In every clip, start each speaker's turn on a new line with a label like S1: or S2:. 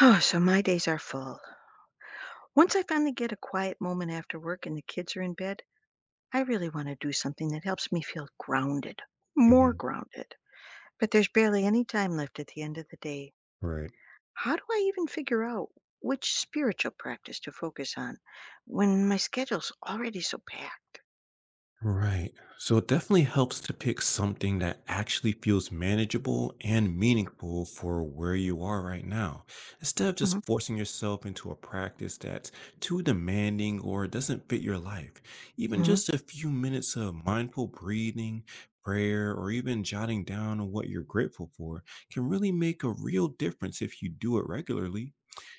S1: Oh, so my days are full. Once I finally get a quiet moment after work and the kids are in bed, I really want to do something that helps me feel grounded, more
S2: Hmm.
S1: grounded. But there's barely any time left at the end of the day.
S2: Right.
S1: How do I even figure out which spiritual practice to focus on when my schedule's already so packed?
S2: Right. So it definitely helps to pick something that actually feels manageable and meaningful for where you are right now, instead of
S1: Hmm.
S2: just forcing yourself into a practice that's too demanding or doesn't fit your life. Even
S1: Hmm.
S2: just a few minutes of mindful breathing, prayer, or even jotting down on what you're grateful for can really make a real difference if you do it regularly.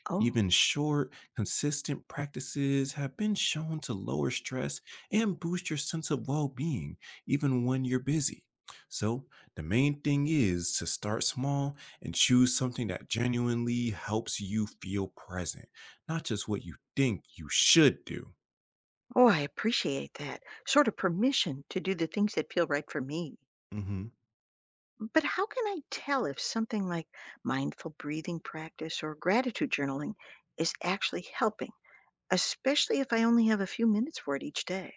S1: Oh,
S2: Even short, consistent practices have been shown to lower stress and boost your sense of well being, even when you're busy. So, the main thing is to start small and choose something that genuinely helps you feel present, not just what you think you should do.
S1: oh, I appreciate that sort of permission to do the things that feel right for me.
S2: Mhm.
S1: But how can I tell if something like mindful breathing practice or gratitude journaling is actually helping, especially if I only have a few minutes for it each day?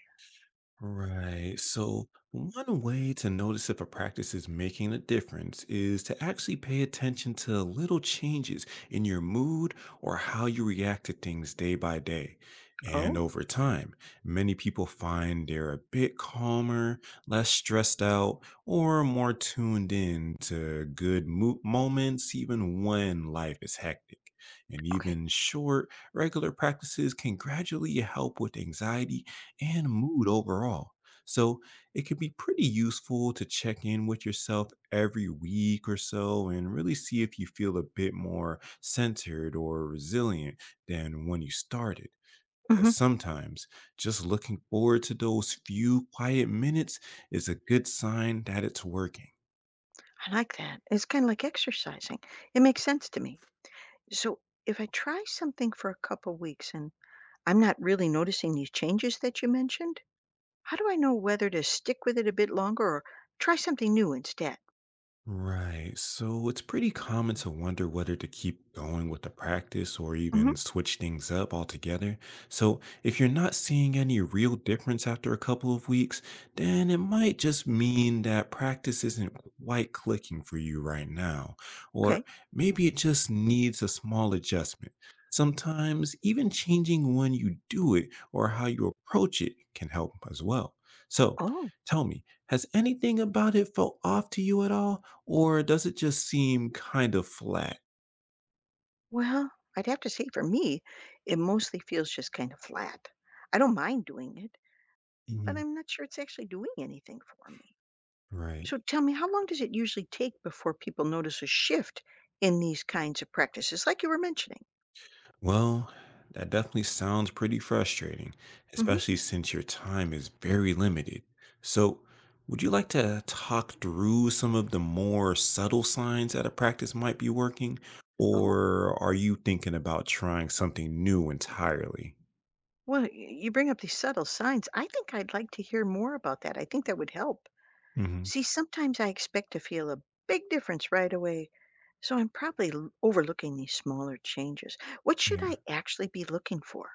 S2: Right. So, one way to notice if a practice is making a difference is to actually pay attention to little changes in your mood or how you react to things day by day. And
S1: Oh,
S2: over time, many people find they're a bit calmer, less stressed out, or more tuned in to good moments, even when life is hectic. And
S1: okay.
S2: even short, regular practices can gradually help with anxiety and mood overall. So it can be pretty useful to check in with yourself every week or so and really see if you feel a bit more centered or resilient than when you started. Because
S1: Hmm.
S2: sometimes just looking forward to those few quiet minutes is a good sign that it's working.
S1: I like that. It's kind of like exercising. It makes sense to me. So if I try something for a couple weeks and I'm not really noticing these changes that you mentioned, how do I know whether to stick with it a bit longer or try something new instead?
S2: Right. So it's pretty common to wonder whether to keep going with the practice or even
S1: Hmm.
S2: switch things up altogether. So if you're not seeing any real difference after a couple of weeks, then it might just mean that practice isn't quite clicking for you right now. Or
S1: Okay.
S2: maybe it just needs a small adjustment. Sometimes even changing when you do it or how you approach it can help as well. So
S1: Oh,
S2: tell me, has anything about it felt off to you at all? Or does it just seem kind of flat?
S1: well, I'd have to say for me, it mostly feels just kind of flat. I don't mind doing it, but
S2: Mhm.
S1: I'm not sure it's actually doing anything for me.
S2: Right.
S1: So tell me, how long does it usually take before people notice a shift in these kinds of practices, like you were mentioning?
S2: Well, that definitely sounds pretty frustrating,
S1: Hmm.
S2: especially since your time is very limited. So, would you like to talk through some of the more subtle signs that a practice might be working?
S1: Oh,
S2: Or are you thinking about trying something new entirely?
S1: well, you bring up these subtle signs. I think I'd like to hear more about that. I think that would help.
S2: Hmm.
S1: See, sometimes I expect to feel a big difference right away, so I'm probably overlooking these smaller changes. What should
S2: Yeah.
S1: I actually be looking for?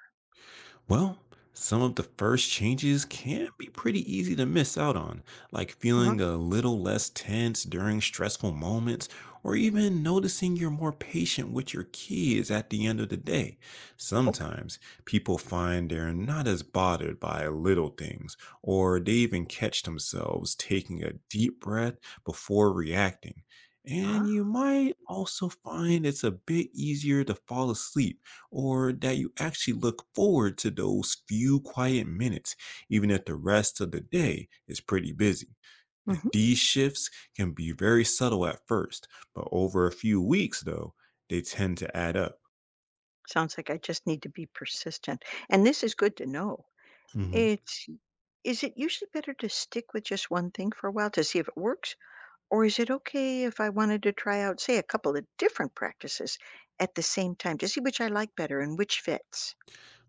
S2: Well, some of the first changes can be pretty easy to miss out on, like feeling a little less tense during stressful moments, or even noticing you're more patient with your kids at the end of the day.
S1: Okay.
S2: Sometimes people find they're not as bothered by little things, or they even catch themselves taking a deep breath before reacting. And
S1: Ah.
S2: you might also find it's a bit easier to fall asleep or that you actually look forward to those few quiet minutes, even if the rest of the day is pretty busy. And
S1: Mhm.
S2: these shifts can be very subtle at first, but over a few weeks, though, they tend to add up.
S1: Sounds like I just need to be persistent. And this is good to know.
S2: Mhm.
S1: It's Is it usually better to stick with just one thing for a while to see if it works? Or is it okay if I wanted to try out, say, a couple of different practices at the same time to see which I like better and which fits?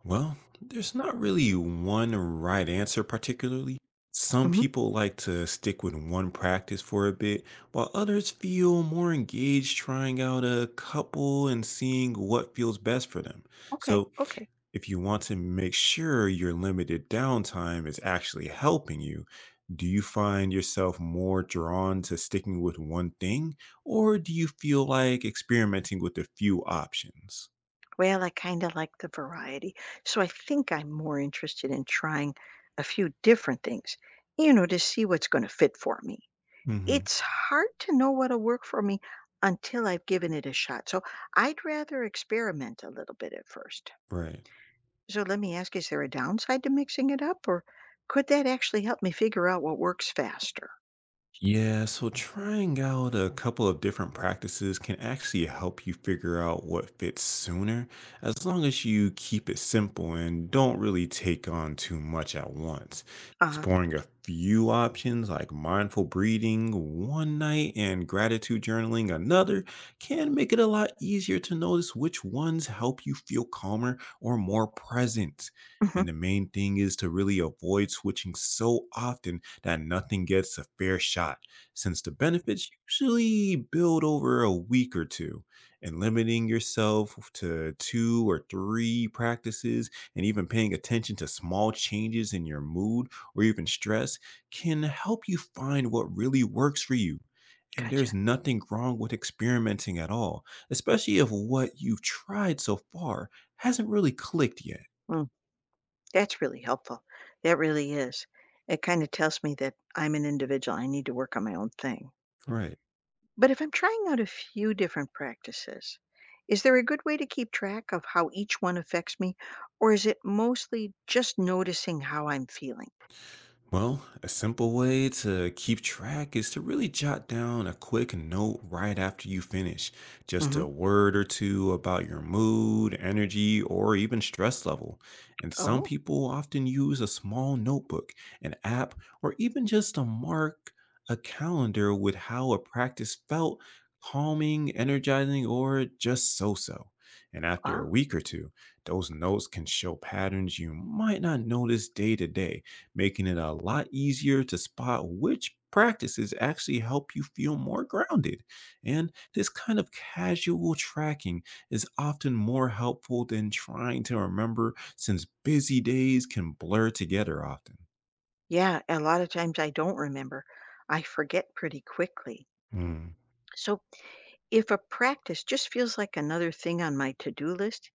S2: Well, there's not really one right answer, particularly. Some
S1: Hmm.
S2: people like to stick with one practice for a bit, while others feel more engaged trying out a couple and seeing what feels best for them.
S1: Okay,
S2: So,
S1: okay.
S2: if you want to make sure your limited downtime is actually helping you, do you find yourself more drawn to sticking with one thing, or do you feel like experimenting with a few options?
S1: Well, I kind of like the variety. So I think I'm more interested in trying a few different things, to see what's going to fit for me.
S2: Hmm.
S1: It's hard to know what'll work for me until I've given it a shot, so I'd rather experiment a little bit at first.
S2: Right.
S1: So let me ask, is there a downside to mixing it up, or could that actually help me figure out what works faster?
S2: Yeah, so trying out a couple of different practices can actually help you figure out what fits sooner, as long as you keep it simple and don't really take on too much at once.
S1: Uh-huh.
S2: Exploring a few options like mindful breathing one night and gratitude journaling another can make it a lot easier to notice which ones help you feel calmer or more present.
S1: Mhm.
S2: And the main thing is to really avoid switching so often that nothing gets a fair shot, since the benefits usually build over a week or two. And limiting yourself to two or three practices, and even paying attention to small changes in your mood or even stress, can help you find what really works for you. And
S1: Gotcha.
S2: there's nothing wrong with experimenting at all, especially if what you've tried so far hasn't really clicked yet.
S1: Mm, that's really helpful. That really is. It kind of tells me that I'm an individual. I need to work on my own thing.
S2: Right.
S1: But if I'm trying out a few different practices, is there a good way to keep track of how each one affects me, or is it mostly just noticing how I'm feeling?
S2: Well, a simple way to keep track is to really jot down a quick note right after you finish. Just
S1: Hmm.
S2: a word or two about your mood, energy, or even stress level. And some
S1: Oh,
S2: people often use a small notebook, an app, or even just a mark, a calendar with how a practice felt calming, energizing, or just so so. And after
S1: ah,
S2: a week or two, those notes can show patterns you might not notice day to day making it a lot easier to spot which practices actually help you feel more grounded. And this kind of casual tracking is often more helpful than trying to remember since busy days can blur together often.
S1: yeah, a lot of times I don't remember. I forget pretty quickly.
S2: Hmm.
S1: So if a practice just feels like another thing on my to do list,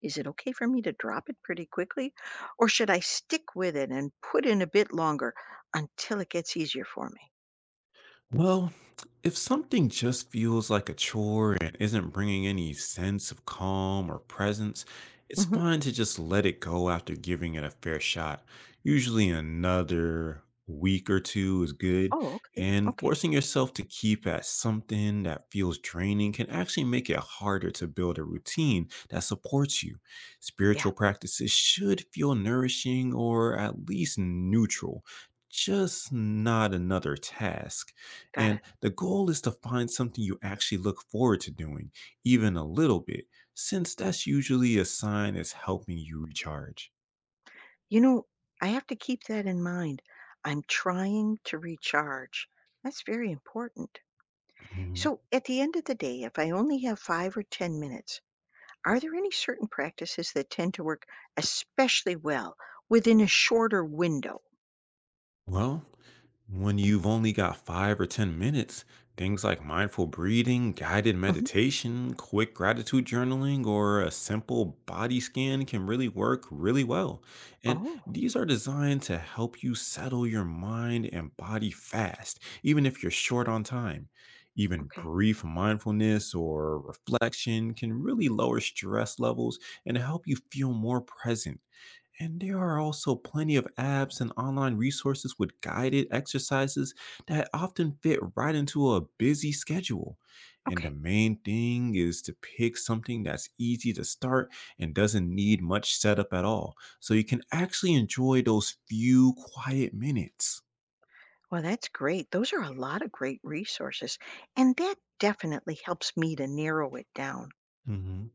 S1: is it okay for me to drop it pretty quickly, or should I stick with it and put in a bit longer until it gets easier for me?
S2: Well, if something just feels like a chore and isn't bringing any sense of calm or presence, it's
S1: Hmm.
S2: fine to just let it go after giving it a fair shot. Usually, another week or two is good,
S1: Oh, okay,
S2: and
S1: okay,
S2: forcing yourself to keep at something that feels draining can actually make it harder to build a routine that supports you.
S1: yeah,
S2: Spiritual practices should feel nourishing or at least neutral, just not another task.
S1: got it.
S2: And the goal is to find something you actually look forward to doing, even a little bit, since that's usually a sign it's helping you recharge.
S1: You know, I have to keep that in mind. I'm trying to recharge. That's very important. So, at the end of the day, if I only have five or 10 minutes, are there any certain practices that tend to work especially well within a shorter window?
S2: Well, when you've only got 5 or 10 minutes, things like mindful breathing, guided
S1: Mhm.
S2: meditation, quick gratitude journaling, or a simple body scan can really work really well. And
S1: Oh,
S2: these are designed to help you settle your mind and body fast, even if you're short on time. Even
S1: okay.
S2: brief mindfulness or reflection can really lower stress levels and help you feel more present and there are also plenty of apps and online resources with guided exercises that often fit right into a busy schedule. And the
S1: Okay.
S2: main thing is to pick something that's easy to start and doesn't need much setup at all. So you can actually enjoy those few quiet minutes.
S1: Well, that's great. Those are a lot of great resources. And that definitely helps me to narrow it down.
S2: Hmm.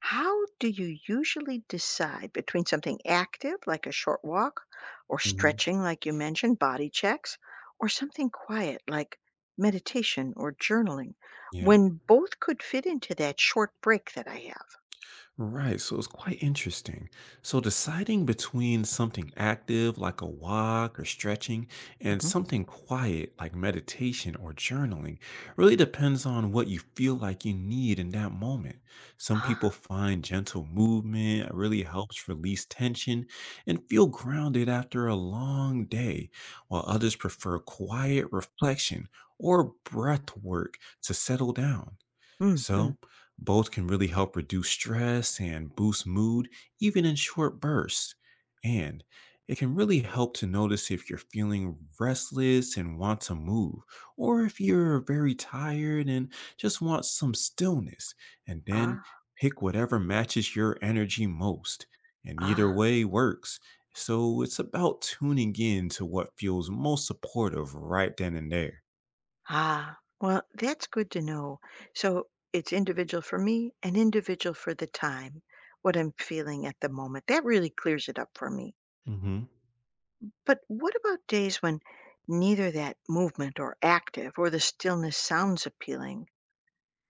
S1: How do you usually decide between something active, like a short walk, or
S2: Hmm.
S1: stretching, like you mentioned, body checks, or something quiet, like meditation or journaling,
S2: Yeah.
S1: when both could fit into that short break that I have?
S2: Right, so it's quite interesting. So deciding between something active like a walk or stretching and
S1: Hmm.
S2: something quiet like meditation or journaling really depends on what you feel like you need in that moment. Some people
S1: Ah.
S2: find gentle movement really helps release tension and feel grounded after a long day, while others prefer quiet reflection or breath work to settle down.
S1: Mm. Mm.
S2: So, both can really help reduce stress and boost mood, even in short bursts. And it can really help to notice if you're feeling restless and want to move, or if you're very tired and just want some stillness. And then
S1: Ah.
S2: pick whatever matches your energy most. And either
S1: Ah.
S2: way works. So, it's about tuning in to what feels most supportive right then and there.
S1: Ah. Well, that's good to know. So it's individual for me and individual for the time, what I'm feeling at the moment. That really clears it up for me.
S2: Mhm.
S1: But what about days when neither that movement or active or the stillness sounds appealing,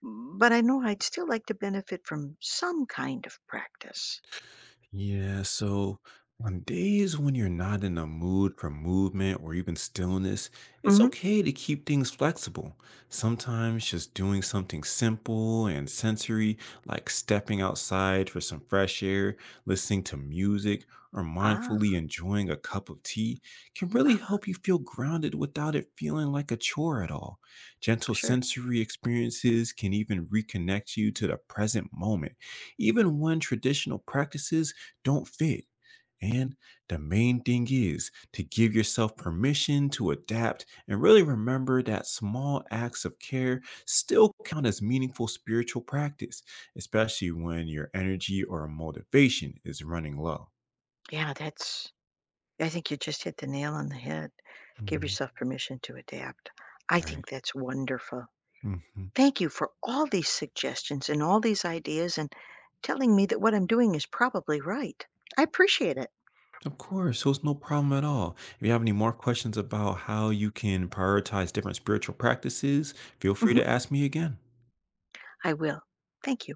S1: but I know I'd still like to benefit from some kind of practice?
S2: Yeah, so on days when you're not in a mood for movement or even stillness, it's
S1: Hmm.
S2: okay to keep things flexible. Sometimes just doing something simple and sensory, like stepping outside for some fresh air, listening to music, or mindfully
S1: Ah.
S2: enjoying a cup of tea, can really
S1: Ah.
S2: help you feel grounded without it feeling like a chore at all. Gentle
S1: Sure.
S2: sensory experiences can even reconnect you to the present moment even when traditional practices don't fit. And the main thing is to give yourself permission to adapt and really remember that small acts of care still count as meaningful spiritual practice, especially when your energy or motivation is running low.
S1: Yeah, that's, I think you just hit the nail on the head. Give
S2: Hmm.
S1: yourself permission to adapt. I think
S2: Right.
S1: that's wonderful.
S2: Hmm.
S1: Thank you for all these suggestions and all these ideas and telling me that what I'm doing is probably right. I appreciate it.
S2: Of course. So it's no problem at all. If you have any more questions about how you can prioritize different spiritual practices, feel free
S1: Hmm.
S2: to ask me again.
S1: I will. Thank you.